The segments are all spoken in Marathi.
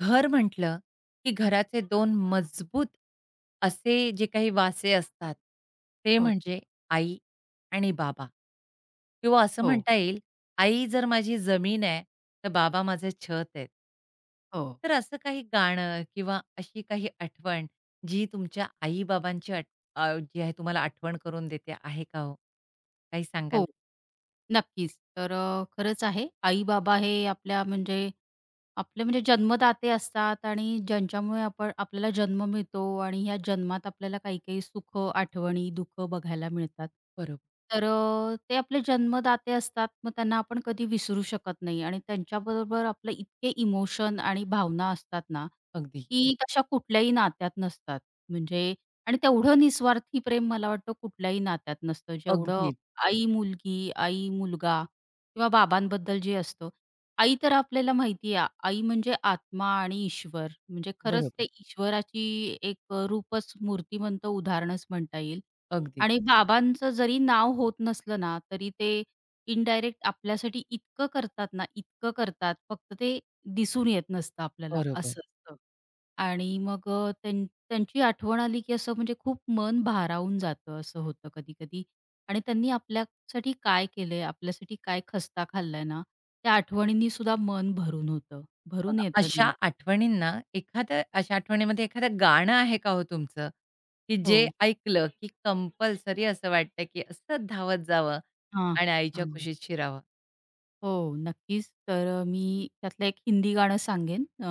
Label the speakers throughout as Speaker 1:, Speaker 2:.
Speaker 1: घर म्हटलं, की घराचे दोन मजबूत असे जे काही वासे असतात, ते
Speaker 2: हो,
Speaker 1: म्हणजे आई आणि बाबा किंवा असं
Speaker 2: हो,
Speaker 1: म्हणता येईल, आई जर माझी जमीन आहे, तर बाबा माझं छत आहेत.
Speaker 2: हो,
Speaker 1: तर असं काही गाणं किंवा अशी काही आठवण जी तुमच्या आई-बाबांची जी आहे तुम्हाला आठवण करून देते आहे का हो? काही सांगाल?
Speaker 2: हो. नक्कीच. तर खरंच आहे. आई-बाबा हे आपल्या म्हणजे आपले म्हणजे जन्मदाते असतात आणि ज्यांच्यामुळे आपण आपल्याला जन्म मिळतो आणि ह्या जन्मात आपल्याला काही काही सुख, आठवणी, दुःख बघायला मिळतात.
Speaker 1: बरोबर.
Speaker 2: तर ते आपले जन्मदाते असतात, मग त्यांना आपण कधी विसरू शकत नाही आणि त्यांच्याबरोबर आपले इतके इमोशन आणि भावना असतात ना,
Speaker 1: अगदी.
Speaker 2: की तशा कुठल्याही नात्यात नसतात. म्हणजे आणि तेवढं निस्वार्थी प्रेम मला वाटतं कुठल्याही नात्यात नसतं, जेवढं
Speaker 1: अगदी.
Speaker 2: आई-मुलगी, आई-मुलगा किंवा बाबांबद्दल जे असतं. आई तर आपल्याला माहिती आहे. आई म्हणजे आत्मा आणि ईश्वर. म्हणजे खरंच ते
Speaker 1: बरोबर.
Speaker 2: ईश्वराची एक रूपच मूर्तिमंत उदाहरणच म्हणता येईल.
Speaker 1: अगदी.
Speaker 2: आणि बाबांचं जरी नाव होत नसलं ना, तरी ते इनडायरेक्ट आपल्यासाठी इतकं करतात ना, इतकं करतात. फक्त ते दिसून येत नसतं आपल्याला
Speaker 1: बरोबर.
Speaker 2: असं असतं. आणि मग त्यांची आठवण आली की असं म्हणजे खूप मन भारावून जातं असं होतं कधी-कधी. आणि त्यांनी आपल्या साठी काय केलंय, आपल्यासाठी काय खस्ता खाल्लाय ना, त्या आठवणींनी सुद्धा मन भरून होतं.
Speaker 1: मग
Speaker 2: भरून येतं
Speaker 1: अशा
Speaker 2: नेमकं.
Speaker 1: आठवणींना एखाद्या अशा आठवणीमध्ये एखादं गाणं आहे का हो तुमचं, की जे
Speaker 2: हो.
Speaker 1: ऐकलं की कंपल्सरी असं वाटतं की असंच धावत जावं
Speaker 2: हां.
Speaker 1: आणि आईच्या
Speaker 2: हां.
Speaker 1: कुशीत शिरावं?
Speaker 2: हो, नक्कीच. तर मी त्यातलं एक हिंदी गाणं सांगेन.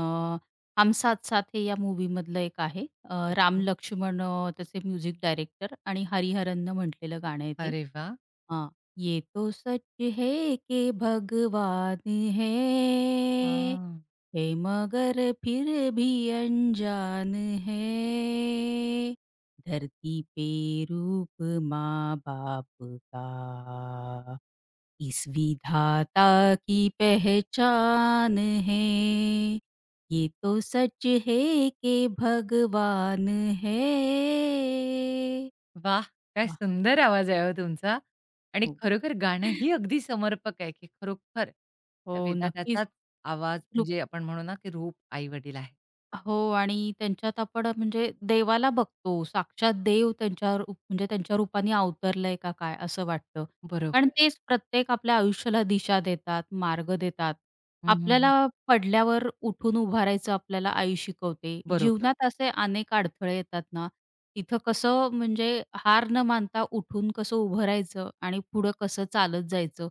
Speaker 2: हम साथ साथ हे या मूव्हीमधलं एक आहे. राम
Speaker 1: ओके.
Speaker 2: लक्ष्मण त्याचे म्युझिक डायरेक्टर आणि हरिहरननं म्हटलेलं गाणं आहे ते.
Speaker 1: अरे वाह!
Speaker 2: हाँ, ये तो सच है कि भगवान है,
Speaker 1: हां.
Speaker 2: है मगर फिर भी अनजान है, धरती पे रूप माँ-बाप का, इस विधाता की पहचान है, ये तो सच है कि भगवान है।
Speaker 1: वाह! काय
Speaker 2: वाह!
Speaker 1: सुंदर आवाज आहे हो तुमचा आणि
Speaker 2: हो.
Speaker 1: खरोखर गाणं ही अगदी समर्पक आहे, की खरोखर
Speaker 2: हो,
Speaker 1: त्या
Speaker 2: नक्कीच.
Speaker 1: विधात्याचाच आवाज म्हणजे आपण म्हणू ना, की रूप आई-वडील आहे.
Speaker 2: हो आणि त्यांच्यात आपण म्हणजे देवाला बघतो. साक्षात देव त्यांच्या रूप म्हणजे त्यांच्या रूपाने अवतरलंय का काय असं वाटतं. कारण
Speaker 1: बरोबर.
Speaker 2: तेच प्रत्येक आपल्या आयुष्याला दिशा देतात, मार्ग देतात.
Speaker 1: हं, हं, हं.
Speaker 2: आपल्याला पडल्यावर उठून उभारायचं आपल्याला आई शिकवते.
Speaker 1: बरोबर.
Speaker 2: जीवनात असे अनेक अडथळे येतात ना, तिथं कसं म्हणजे हार न मानता उठून कसं उभं राहायचं आणि पुढं कसं चालत जायचं,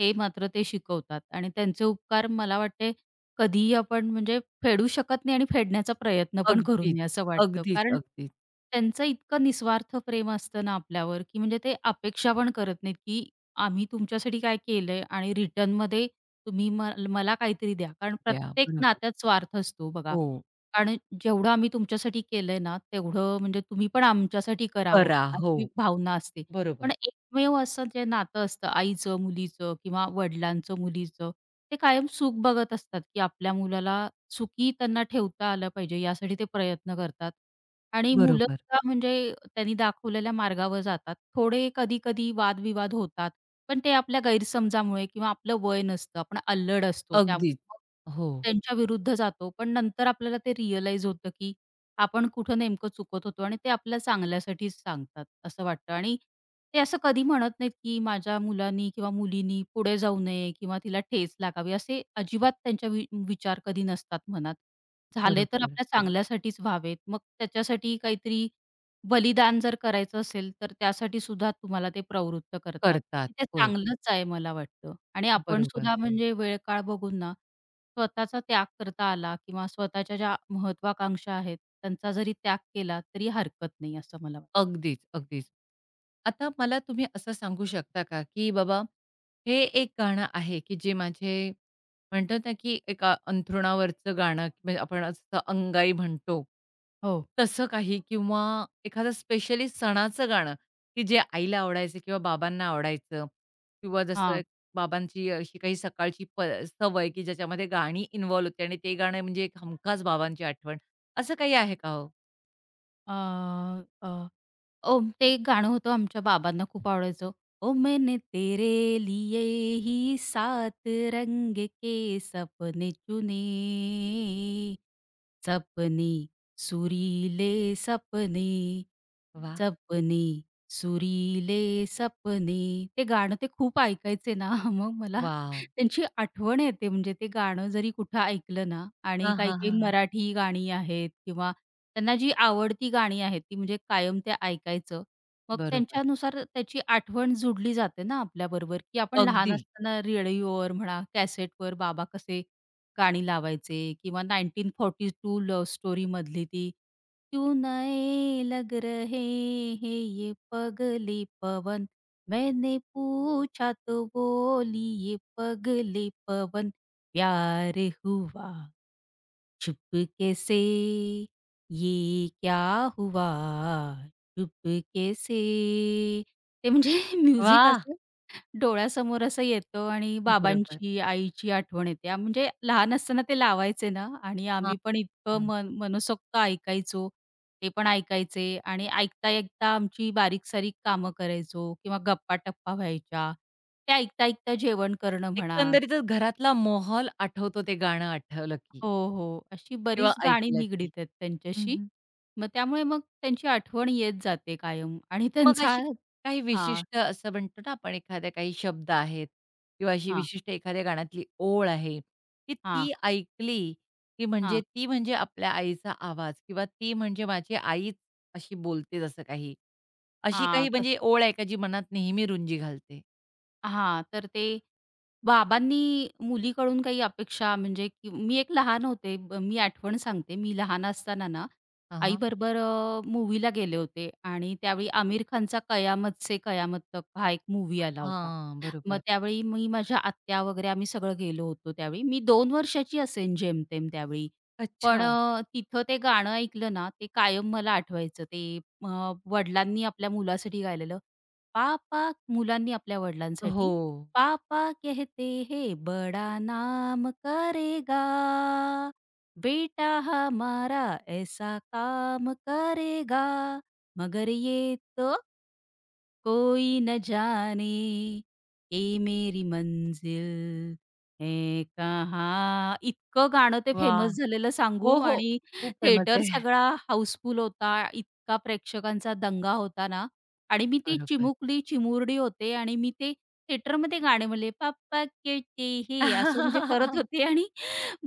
Speaker 2: हे मात्र ते शिकवतात. आणि त्यांचे उपकार मला वाटते कधीही आपण म्हणजे फेडू शकत नाही आणि फेडण्याचा प्रयत्न पण करू
Speaker 1: अगदीच,
Speaker 2: नये असं वाटतं.
Speaker 1: अगदीच,
Speaker 2: कारण
Speaker 1: अगदीच.
Speaker 2: त्यांचं इतकं निस्वार्थ प्रेम असतं ना आपल्यावर, की म्हणजे ते अपेक्षा पण करत नाहीत, की आम्ही तुमच्यासाठी काय केलंय आणि रिटर्नमध्ये तुम्ही मला काहीतरी द्या. कारण
Speaker 1: त्या
Speaker 2: प्रत्येक
Speaker 1: बरोबर.
Speaker 2: नात्यात स्वार्थ असतो बघा.
Speaker 1: हो.
Speaker 2: कारण जेवढं आम्ही तुमच्यासाठी केलंय ना, तेवढं म्हणजे तुम्ही पण आमच्यासाठी करावं
Speaker 1: करा. हो,
Speaker 2: अशी भावना असते.
Speaker 1: बरोबर,
Speaker 2: पण एकमेव असं जे नातं असतं आईचं, मुलीचं किंवा वडिलांचं, मुलीचं, ते कायम सुख बघत असतात, की आपल्या मुलाला सुखी त्यांना ठेवता आलं पाहिजे यासाठी ते प्रयत्न करतात. आणि मुलं
Speaker 1: बरोबर.
Speaker 2: सुद्धा म्हणजे त्यांनी दाखवलेल्या मार्गावर जातात. थोडे कधी-कधी वादविवाद होतात. पण ते आपल्या गैरसमजामुळे किंवा आपलं वय नसतं. आपण अल्लड असतो. त्यामुळे
Speaker 1: अगदीच.
Speaker 2: मग
Speaker 1: हो,
Speaker 2: त्यांच्या विरुद्ध जातो. पण नंतर आपल्याला ते रिअलाईज होतं, की आपण कुठं नेमकं चुकत होतो आणि ते आपल्या चांगल्यासाठीच सांगतात असं वाटतं आणि ते असं कधी म्हणत नाहीत, की माझ्या मुलांनी किंवा मुलीनी पुढे जाऊ नये किंवा तिला ठेच लागावी असे अजिबात त्यांच्या विचार कधी नसतात मनात. झाले तर
Speaker 1: बरोबर.
Speaker 2: आपल्या चांगल्यासाठीच व्हावेत. मग त्याच्यासाठी काहीतरी बलिदान जर करायचं असेल, तर त्यासाठी सुद्धा तुम्हाला ते प्रवृत्त करतात
Speaker 1: करतात.
Speaker 2: आणि ते
Speaker 1: होय,
Speaker 2: चांगलंच आहे मला वाटतं आणि आपण
Speaker 1: बरोबर.
Speaker 2: सुद्धा म्हणजे वेळ काळ बघून ना स्वतःचा त्याग करता आला किंवा स्वतःच्या ज्या महत्वाकांक्षा आहेत, त्यांचा जरी त्याग केला तरी हरकत नाही असं मला वाटतं.
Speaker 1: अगदीच, अगदीच. आता मला तुम्ही असं सांगू शकता का, की बाबा हे एक गाणं आहे, की जे माझे म्हणतात ना, की एका अंथरुणावरचं गाणं म्हणजे आपण असं अंगाई म्हणतो,
Speaker 2: हो.
Speaker 1: तसं काही किंवा एखादं स्पेशली सणाचं गाणं, की जे आईला आवडायचं किंवा बाबांना आवडायचं किंवा जसं
Speaker 2: हां.
Speaker 1: एक बाबांची अशी काही सकाळची सवय, की ज्याच्यामध्ये गाणी इन्व्हॉल्व होती आणि ते गाणं म्हणजे एक हमखास बाबांची आठवण, असं काही आहे का हो?
Speaker 2: अ, अ, ओम ते एक गाणं होतं आमच्या बाबांना खूप आवडायचं. ओ मैंने तेरे लिए ही सात रंग के सपने चुने, सपने सुरीले सपने,
Speaker 1: वाह!
Speaker 2: सपने सुरीले सपने. ते गाणं ते खूप ऐकायचे ना, मग मला
Speaker 1: वॉव!
Speaker 2: त्यांची आठवण येते म्हणजे ते गाणं जरी कुठं ऐकलं ना आणि
Speaker 1: हां, हां, हां,
Speaker 2: काही-काही
Speaker 1: हां.
Speaker 2: मराठी गाणी आहेत किंवा त्यांना जी आवडती गाणी आहेत, ती म्हणजे कायम ते ऐकायचं. मग
Speaker 1: बरोबर.
Speaker 2: त्यांच्यानुसार त्याची आठवण जुडली जाते ना आपल्याबरोबर, की आपण लहान
Speaker 1: अगदी.
Speaker 2: असताना रेडिओवर म्हणा, कॅसेटवर बाबा कसे गाणी लावायचे किंवा 1942 लव्ह स्टोरीमधली ती "क्यू नये लग रहे है ये पगली मैंने पूछा तो बोली ये पगले पवन प्यार हुआ चुप कैसे ये क्या हुआ चुप कैसे ते म्हणजे म्युझिक
Speaker 1: वाह!
Speaker 2: असं डोळ्यासमोर असं येतं आणि
Speaker 1: बरोबर.
Speaker 2: बाबांची, आईची आठवण येते. म्हणजे लहान असताना ते लावायचे ना आणि
Speaker 1: हां,
Speaker 2: आम्ही पण इतकं
Speaker 1: हां.
Speaker 2: मन मनसोक्त ऐकायचो. ते पण ऐकायचे आणि ऐकता-ऐकता आमची बारीक-सारीक कामं करायचो किंवा गप्पा-टप्पा व्हायच्या. ते ऐकता-ऐकता जेवण करणं म्हणा
Speaker 1: एकंदरीतच घरातला माहोल आठवतो ते गाणं आठवलं की
Speaker 2: हो, हो. अशी
Speaker 1: किंवा
Speaker 2: बरीच गाणी
Speaker 1: ऐकलं
Speaker 2: निगडीत
Speaker 1: की.
Speaker 2: आहेत
Speaker 1: हं,
Speaker 2: त्यांच्याशी.
Speaker 1: हं.
Speaker 2: मग त्यामुळे मग त्यांची आठवण येत जाते कायम आणि
Speaker 1: मग
Speaker 2: त्यांचा
Speaker 1: अशी काही
Speaker 2: हां,
Speaker 1: विशिष्ट असं म्हणतो ना आपण एखाद्या काही शब्द आहेत किंवा अशी
Speaker 2: हां,
Speaker 1: विशिष्ट एखाद्या गाण्यातली ओळ आहे, की
Speaker 2: हां,
Speaker 1: ती ऐकली, की म्हणजे
Speaker 2: हां,
Speaker 1: ती म्हणजे आपल्या आईचा आवाज किंवा ती म्हणजे माझी आईच अशी बोलते जसं काही. अशी
Speaker 2: हां.
Speaker 1: काही म्हणजे ओळ आहे का जी मनात नेहमी रुंजी घालते?
Speaker 2: हां, तर ते बाबांनी मुलीकडून काही अपेक्षा म्हणजे की मी एक लहान होते. मी आठवण सांगते. मी लहान असताना ना,
Speaker 1: हां, हां.
Speaker 2: आईबरोबर मूव्हीला गेले होते आणि त्यावेळी आमिर खानचा कयामत से कयामत तक हा एक मूव्ही आला होता.
Speaker 1: हां,
Speaker 2: मग
Speaker 1: बरोबर.
Speaker 2: त्यावेळी मी, माझ्या आत्या वगैरे आम्ही सगळं गेलो होतो त्यावेळी. मी 2 वर्षाची असेन जेमतेम त्यावेळी. पण
Speaker 1: अच्छा.
Speaker 2: तिथं ते गाणं ऐकलं ना, ते कायम मला आठवायचं. ते वडिलांनी आपल्या मुलासाठी गायलेलं, "पापा" मुलांनी आपल्या
Speaker 1: हो.
Speaker 2: वडिलांसाठी, "पापा कहते हैं बडा नाम करेगा." बेटा हमारा ऐसा काम करेगा मगर ये तो कोई न जाने ये मेरी मंजिल है कहाँ. इतकं गाणं ते
Speaker 1: वाह!
Speaker 2: फेमस झालेलं सांगू
Speaker 1: हो, हो.
Speaker 2: आणि
Speaker 1: खूप फेमस
Speaker 2: थिएटर
Speaker 1: आहे.
Speaker 2: सगळा हाऊसफुल होता. इतका प्रेक्षकांचा दंगा होता ना आणि मी ती
Speaker 1: बरोबर.
Speaker 2: चिमुकली, चिमुरडी होते आणि मी ते थिएटरमध्ये गाणे म्हणले, "पापा कहते है" असं म्हणजे करत होते आणि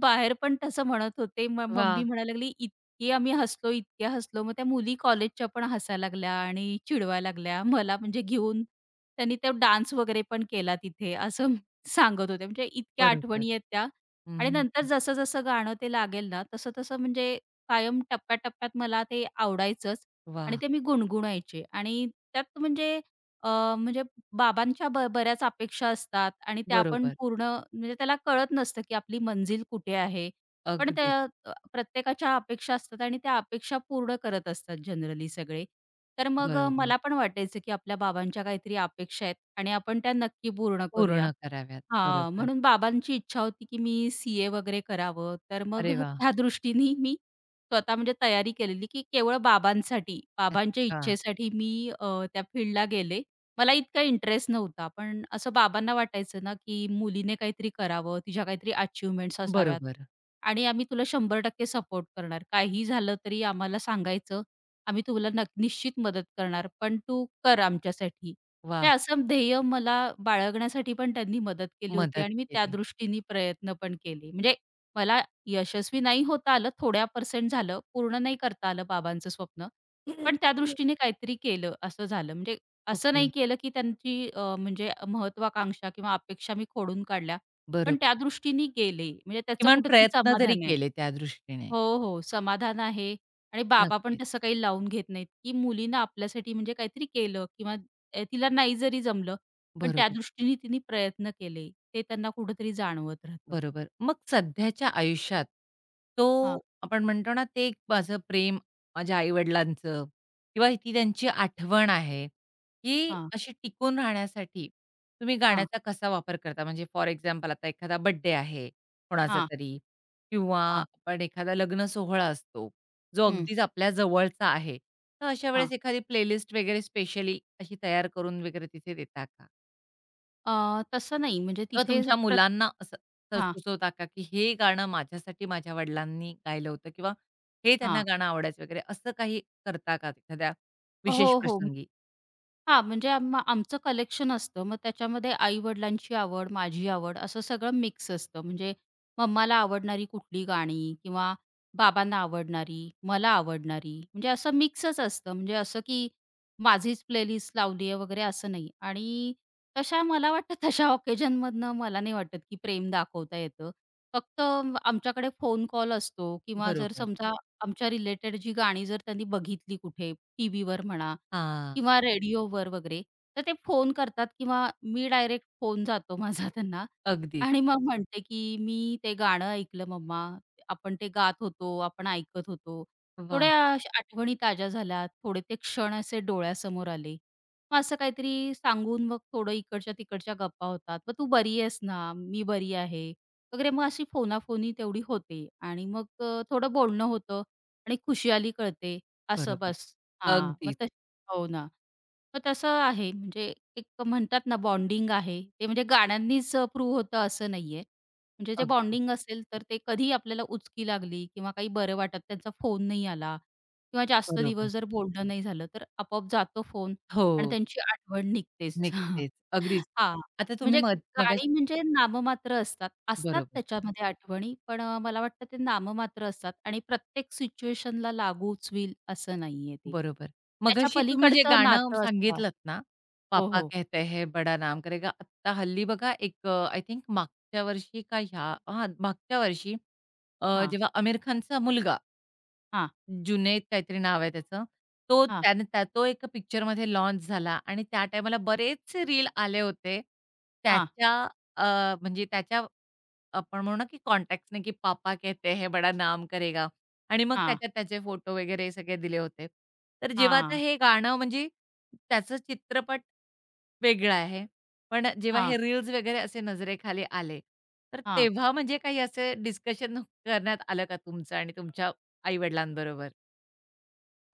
Speaker 2: बाहेर पण तसं म्हणत होते. मग
Speaker 1: वाह!
Speaker 2: मम्मी म्हणायला लागली की आम्ही हसलो, इतक्या हसलो. मग त्या मुली कॉलेजच्या पण हसायला लागल्या आणि चिडवायला लागल्या. मला म्हणजे घेऊन त्यांनी त्या डान्स वगैरे पण केला तिथे असं सांगत होते. म्हणजे इतक्या
Speaker 1: बरोबर.
Speaker 2: आठवणी आहेत त्या
Speaker 1: हं,
Speaker 2: आणि
Speaker 1: हं,
Speaker 2: नंतर
Speaker 1: हं.
Speaker 2: जसं-जसं गाणं ते लागेल ना, तसं-तसं म्हणजे कायम टप्प्या मला ते आवडायचंच आणि
Speaker 1: वाह!
Speaker 2: ते मी गुणगुणायचे आणि त्यात म्हणजे अ, म्हणजे बाबांच्या बऱ्याच अपेक्षा असतात आणि त्या पण
Speaker 1: बरोबर.
Speaker 2: पूर्ण म्हणजे त्याला कळत नसतं, की आपली मंजिल कुठे आहे? पण
Speaker 1: अगदीच.
Speaker 2: त्या प्रत्येकाच्या अपेक्षा असतात आणि त्या अपेक्षा पूर्ण करत असतात जनरली सगळे. तर मग
Speaker 1: बरोबर.
Speaker 2: मला पण वाटायचं की आपल्या बाबांच्या काहीतरी अपेक्षा आहेत आणि आपण त्या नक्की पूर्ण करूया.
Speaker 1: पूर्ण कराव्यात.
Speaker 2: हां,
Speaker 1: बरोबर.
Speaker 2: म्हणून बाबांची इच्छा होती, की मी सी-ए वगैरे करावं. तर मग
Speaker 1: अरे वा,
Speaker 2: त्या दृष्टीने मी स्वतः म्हणजे तयारी केलेली, की केवळ बाबांसाठी, बाबांच्या
Speaker 1: अच्छा.
Speaker 2: इच्छेसाठी मी अ, त्या फील्डला गेले. मला इतका इंटरेस्ट नव्हता, पण असं बाबांना वाटायचं ना, की मुलीने काहीतरी करावं, तिच्या काहीतरी अचिव्हमेंट्स असाव्यात
Speaker 1: बरोबर.
Speaker 2: आणि आम्ही तुला 100% सपोर्ट करणार. काहीही झालं तरी आम्हाला सांगायचं आम्ही तुला निश्चित मदत करणार, पण तू कर आमच्यासाठी." हे
Speaker 1: वाह!
Speaker 2: असं ध्येय मला बाळगण्यासाठी पण त्यांनी मदत केली होती
Speaker 1: मदत
Speaker 2: आणि मी त्या
Speaker 1: केली.
Speaker 2: दृष्टीने प्रयत्न पण केले. म्हणजे मला यशस्वी नाही होता आलं, थोड्या पर्सेंट झालं, पूर्ण नाही करता आलं बाबांचं स्वप्न, पण त्या दृष्टीने काहीतरी केलं असं झालं. म्हणजे असं नाही
Speaker 1: ओके.
Speaker 2: केलं की त्यांची म्हणजे महत्वाकांक्षा किंवा अपेक्षा मी खोडून काढल्या, पण त्या
Speaker 1: बरोबर.
Speaker 2: दृष्टीने गेले. म्हणजे त्याचं
Speaker 1: किमान
Speaker 2: कुठेतरी
Speaker 1: प्रयत्न तरी
Speaker 2: समाधान आहे.
Speaker 1: केले त्या दृष्टीने.
Speaker 2: हो, हो. समाधान आहे आणि बाबा पण
Speaker 1: नक्कीच.
Speaker 2: तसं काही लावून घेत नाहीत, की मुलीनं आपल्यासाठी म्हणजे काहीतरी केलं किंवा तिला नाही जरी जमलं, पण त्या
Speaker 1: बरोबर.
Speaker 2: दृष्टीने तिने प्रयत्न केले. ते त्यांना कुठेतरी जाणवत राहतं.
Speaker 1: बरोबर. मग सध्याच्या आयुष्यात तो
Speaker 2: हां,
Speaker 1: आपण म्हणतो ना, ते एक माझं प्रेम माझ्या आई-वडिलांचं किंवा ती त्यांची आठवण आहे, ही
Speaker 2: हां,
Speaker 1: अशी टिकून राहण्यासाठी तुम्ही
Speaker 2: हां,
Speaker 1: गाण्याचा कसा वापर करता? म्हणजे फॉर एक्झाम्पल आता एखादा बर्थडे आहे कोणाचा
Speaker 2: हां,
Speaker 1: तरी किंवा
Speaker 2: हां,
Speaker 1: आपण एखादा लग्न सोहळा असतो, जो
Speaker 2: हं.
Speaker 1: अगदीच आपल्या जवळचा आहे. तर अशा
Speaker 2: हां.
Speaker 1: वेळेस एखादी प्लेलिस्ट वगैरे स्पेशली अशी तयार करून वगैरे तिथे देता का?
Speaker 2: तसं नाही म्हणजे
Speaker 1: तेव्हा
Speaker 2: तिथे
Speaker 1: तुमच्या
Speaker 2: प्र
Speaker 1: मुलांना असं असं
Speaker 2: हां,
Speaker 1: सुचवता का, की हे गाणं माझ्यासाठी माझ्या वडिलांनी गायलं होतं किंवा हे त्यांना
Speaker 2: हां.
Speaker 1: गाणं आवडायचं वगैरे असं काही करता का एखाद्या विशेष
Speaker 2: हो, हो.
Speaker 1: प्रसंगी?
Speaker 2: हां, म्हणजे आमचं कलेक्शन असतं. मग त्याच्यामध्ये आई-वडिलांची आवड, माझी आवड असं सगळं मिक्स असतं. म्हणजे मम्माला आवडणारी कुठली गाणी किंवा बाबांना आवडणारी, मला आवडणारी म्हणजे असं मिक्सच असतं. म्हणजे असं की माझीच प्लेलिस्ट लावली आहे वगैरे असं नाही. आणि तशा मला वाटतं तशा ऑकेजनमधनं मला नाही वाटत की प्रेम दाखवता येतं. फक्त आमच्याकडे फोन कॉल असतो किंवा जर
Speaker 1: बरोबर.
Speaker 2: समजा आमच्या रिलेटेड जी गाणी जर त्यांनी बघितली कुठे टीव्हीवर म्हणा
Speaker 1: हां.
Speaker 2: किंवा रेडिओवर वगैरे, तर ते फोन करतात किंवा मी डायरेक्ट फोन जातो माझा त्यांना
Speaker 1: अगदीच.
Speaker 2: आणि मग म्हणते, की "मी ते गाणं ऐकलं मम्मा, आपण ते गात होतो, आपण ऐकत होतो.
Speaker 1: वा,
Speaker 2: थोड्या अशा आठवणी ताज्या झाल्या, थोडे ते क्षण असे डोळ्यासमोर आले." मग असं काहीतरी सांगून मग थोडं इकडच्या-तिकडच्या गप्पा होतात. "मग तू बरी आहेस ना? मी बरी आहे." वगैरे मग अशी फोनाफोनी तेवढी होते आणि मग थोडं बोलणं होतं आणि खुशी आली कळते. असं
Speaker 1: बरोबर.
Speaker 2: बस. हां,
Speaker 1: अगदीच,
Speaker 2: मग हो ना. मग तसं आहे म्हणजे एक म्हणतात ना बॉन्डिंग आहे. ते म्हणजे गाण्यांनीच प्रूव्ह होतं असं नाहीये. म्हणजे जे
Speaker 1: अगदीच.
Speaker 2: बॉन्डिंग असेल तर ते कधी आपल्याला उचकी लागली किंवा काही बरं वाटत त्यांचा फोन नाही आला किंवा जास्त
Speaker 1: बरोबर.
Speaker 2: दिवस जर बोलणं नाही झालं तर आपोआप जातो फोन
Speaker 1: हो.
Speaker 2: आणि त्यांची आठवण निघतेच.
Speaker 1: निघतेच. अगदीच.
Speaker 2: हां.
Speaker 1: आता तुम्ही
Speaker 2: म्हणजे
Speaker 1: मग मगाशी
Speaker 2: गाणी म्हणजे नाममात्र असतात. असतात
Speaker 1: बरोबर.
Speaker 2: त्याच्यामध्ये आठवणी, पण मला वाटतं ते नाममात्र असतात आणि प्रत्येक सिच्युएशनला लागूच होईल असं नाहीये ते.
Speaker 1: बरोबर.
Speaker 2: त्याच्या
Speaker 1: मगाशी तुम्ही जे
Speaker 2: पलीकडचं
Speaker 1: गाणं
Speaker 2: नातं असतं.
Speaker 1: सांगितलत ना,
Speaker 2: हो,
Speaker 1: "पापा
Speaker 2: हो.
Speaker 1: कहते है बडा नाम करेगा." आत्ता हल्ली बघा आय थिंक मागच्या वर्षी का ह्या हां, मागच्या वर्षी
Speaker 2: हां,
Speaker 1: जेव्हा आमिर खानचा मुलगा,
Speaker 2: हां,
Speaker 1: जुनैद काहीतरी नाव आहे त्याचं, तो
Speaker 2: हां,
Speaker 1: त्याने त्या तो एका पिक्चरमध्ये लॉन्च झाला आणि त्या टाईमाला बरेचसे रील आले होते.
Speaker 2: हां,
Speaker 1: त्याच्या म्हणजे त्याच्या आपण म्हणू ना, की कॉन्टॅक्ट्सने, की "पापा कहते है बडा नाम करेगा" आणि मग
Speaker 2: हां,
Speaker 1: त्याच्यात त्याचे फोटो वगैरे सगळे दिले होते. तर जेव्हा आता
Speaker 2: हां,
Speaker 1: हे गाणं म्हणजे त्याचं चित्रपट वेगळा आहे. पण जेव्हा
Speaker 2: हां,
Speaker 1: हे रील्स वगैरे असे नजरेखाली आले, तर
Speaker 2: हां.
Speaker 1: तेव्हा म्हणजे काही असे डिस्कशन करण्यात आलं का तुमचं आणि तुमच्या आई-वडिलांबरोबर?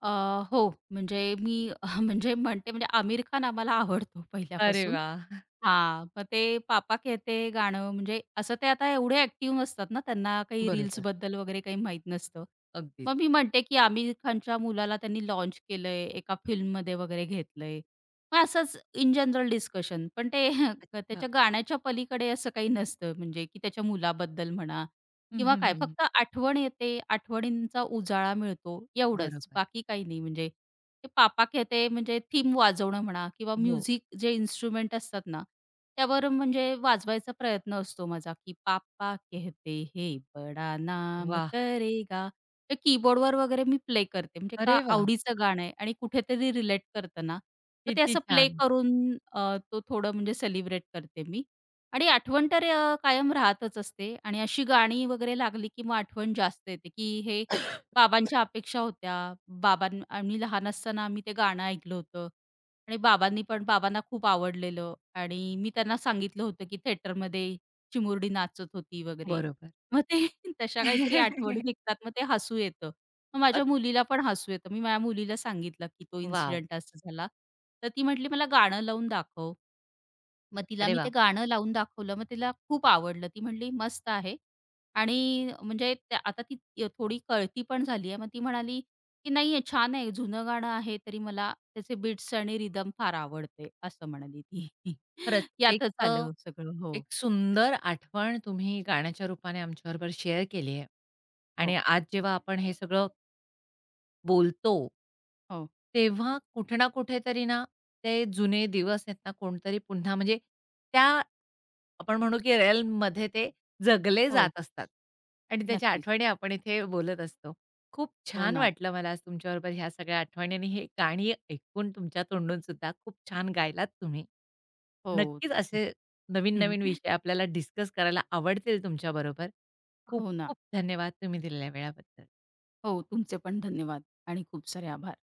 Speaker 2: अ, हो, म्हणजे मी म्हणजे म्हणते म्हणजे आमिर खान आम्हाला आवडतो
Speaker 1: अरे
Speaker 2: पहिल्यापासून.
Speaker 1: वाह!
Speaker 2: हां, मग ते पापा कहते गाणं म्हणजे असं ते आता एवढे ॲक्टिव्ह नसतात ना, त्यांना काही
Speaker 1: बरोबर.
Speaker 2: रील्सबद्दल वगैरे काही माहीत नसतं.
Speaker 1: अगदीच.
Speaker 2: मग मी म्हणते, की आमिर खानच्या मुलाला त्यांनी लाँच केलंय, एका फिल्ममध्ये वगैरे घेतलंय. मग असंच इन जनरल डिस्कशन. पण ते
Speaker 1: अच्छा.
Speaker 2: त्याच्या गाण्याच्या पलीकडे असं काही नसतं म्हणजे, की त्याच्या मुलाबद्दल म्हणा
Speaker 1: हं,
Speaker 2: किंवा
Speaker 1: हं,
Speaker 2: काय.
Speaker 1: हं, हं.
Speaker 2: फक्त आठवण येते, आठवणींचा उजाळा मिळतो एवढंच,
Speaker 1: बरोबर.
Speaker 2: बाकी काही नाही म्हणजे ते पापा खेते म्हणजे थीम वाजवणं म्हणा किंवा
Speaker 1: हो.
Speaker 2: म्युझिक जे इन्स्ट्रुमेंट असतात ना, त्यावर म्हणजे वाजवायचा प्रयत्न असतो माझा, की पापा कहते है बडा नाम
Speaker 1: वाह!
Speaker 2: करेगा. ते कीबोर्डवर वगैरे मी प्ले करते. म्हणजे का
Speaker 1: अरे वाह!
Speaker 2: आवडीचं गाणं आहे आणि कुठेतरी रिलेट करतं ना, मग ते
Speaker 1: किती
Speaker 2: असं प्ले
Speaker 1: छान.
Speaker 2: करून तो थोडं म्हणजे सेलिब्रेट करते मी. आणि आठवण तर कायम राहतच असते आणि अशी गाणी वगैरे लागली, की मग आठवण जास्त येते, की हे बाबांच्या अपेक्षा होत्या. बाबां आम्ही लहान असताना आम्ही ते गाणं ऐकलं होतं आणि बाबांनी पण बाबांना खूप आवडलेलं आणि मी त्यांना सांगितलं होतं, की थिएटरमध्ये चिमुरडी नाचत होती वगैरे.
Speaker 1: बरोबर.
Speaker 2: मग ते तशा काहीतरी आठवणी निघतात. मग ते हसू येतं. मग
Speaker 1: अ
Speaker 2: माझ्या मुलीला पण हसू येतं. मी माझ्या मुलीला सांगितलं, की तो
Speaker 1: वॉव!
Speaker 2: इन्सिडेंट असा झाला. तर ती म्हटली, "मला गाणं लावून दाखव." मग तिला
Speaker 1: अरे
Speaker 2: मी ते
Speaker 1: वा,
Speaker 2: गाणं लावून दाखवलं. मग तिला खूप आवडलं. ती म्हणली, "मस्त आहे." आणि म्हणजे त्या आता ती थोडी कळती पण झाली आहे. मग ती म्हणाली, की "नाही आहे, छान आहे. जुनं गाणं आहे, तरी मला त्याचे बीट्स आणि रिदम फार आवडते." असं म्हणाली ती.
Speaker 1: खरंच एक
Speaker 2: यातच
Speaker 1: अ,
Speaker 2: आलं हो सगळं. हो,
Speaker 1: एक सुंदर आठवण तुम्ही गाण्याच्या रूपाने आमच्याबरोबर शेअर केली आहे आणि
Speaker 2: हो,
Speaker 1: आज जेव्हा आपण हे सगळं बोलतो,
Speaker 2: हो,
Speaker 1: तेव्हा कुठे ना कुठेतरी ना, ते जुने दिवस आहेत ना, कोणतरी पुन्हा म्हणजे त्या आपण म्हणू की रिअलमध्ये ते जगले जात
Speaker 2: हो.
Speaker 1: असतात आणि त्याच्या
Speaker 2: नक्कीच.
Speaker 1: आठवणी आपण इथे बोलत असतो. खूप
Speaker 2: हो
Speaker 1: छान
Speaker 2: ना.
Speaker 1: वाटलं मला आज तुमच्याबरोबर ह्या सगळ्या आठवणी आणि हे गाणी ऐकून तुमच्या तोंडून सुद्धा खूप छान गायलात तुम्ही.
Speaker 2: हो.
Speaker 1: नक्कीच असे नवीन-नवीन विषय आपल्याला डिस्कस करायला आवडतील तुमच्याबरोबर. खूप
Speaker 2: हो ना.
Speaker 1: खूप धन्यवाद तुम्ही दिलेल्या वेळाबद्दल.
Speaker 2: हो, तुमचे पण धन्यवाद आणि खूप सारे आभार.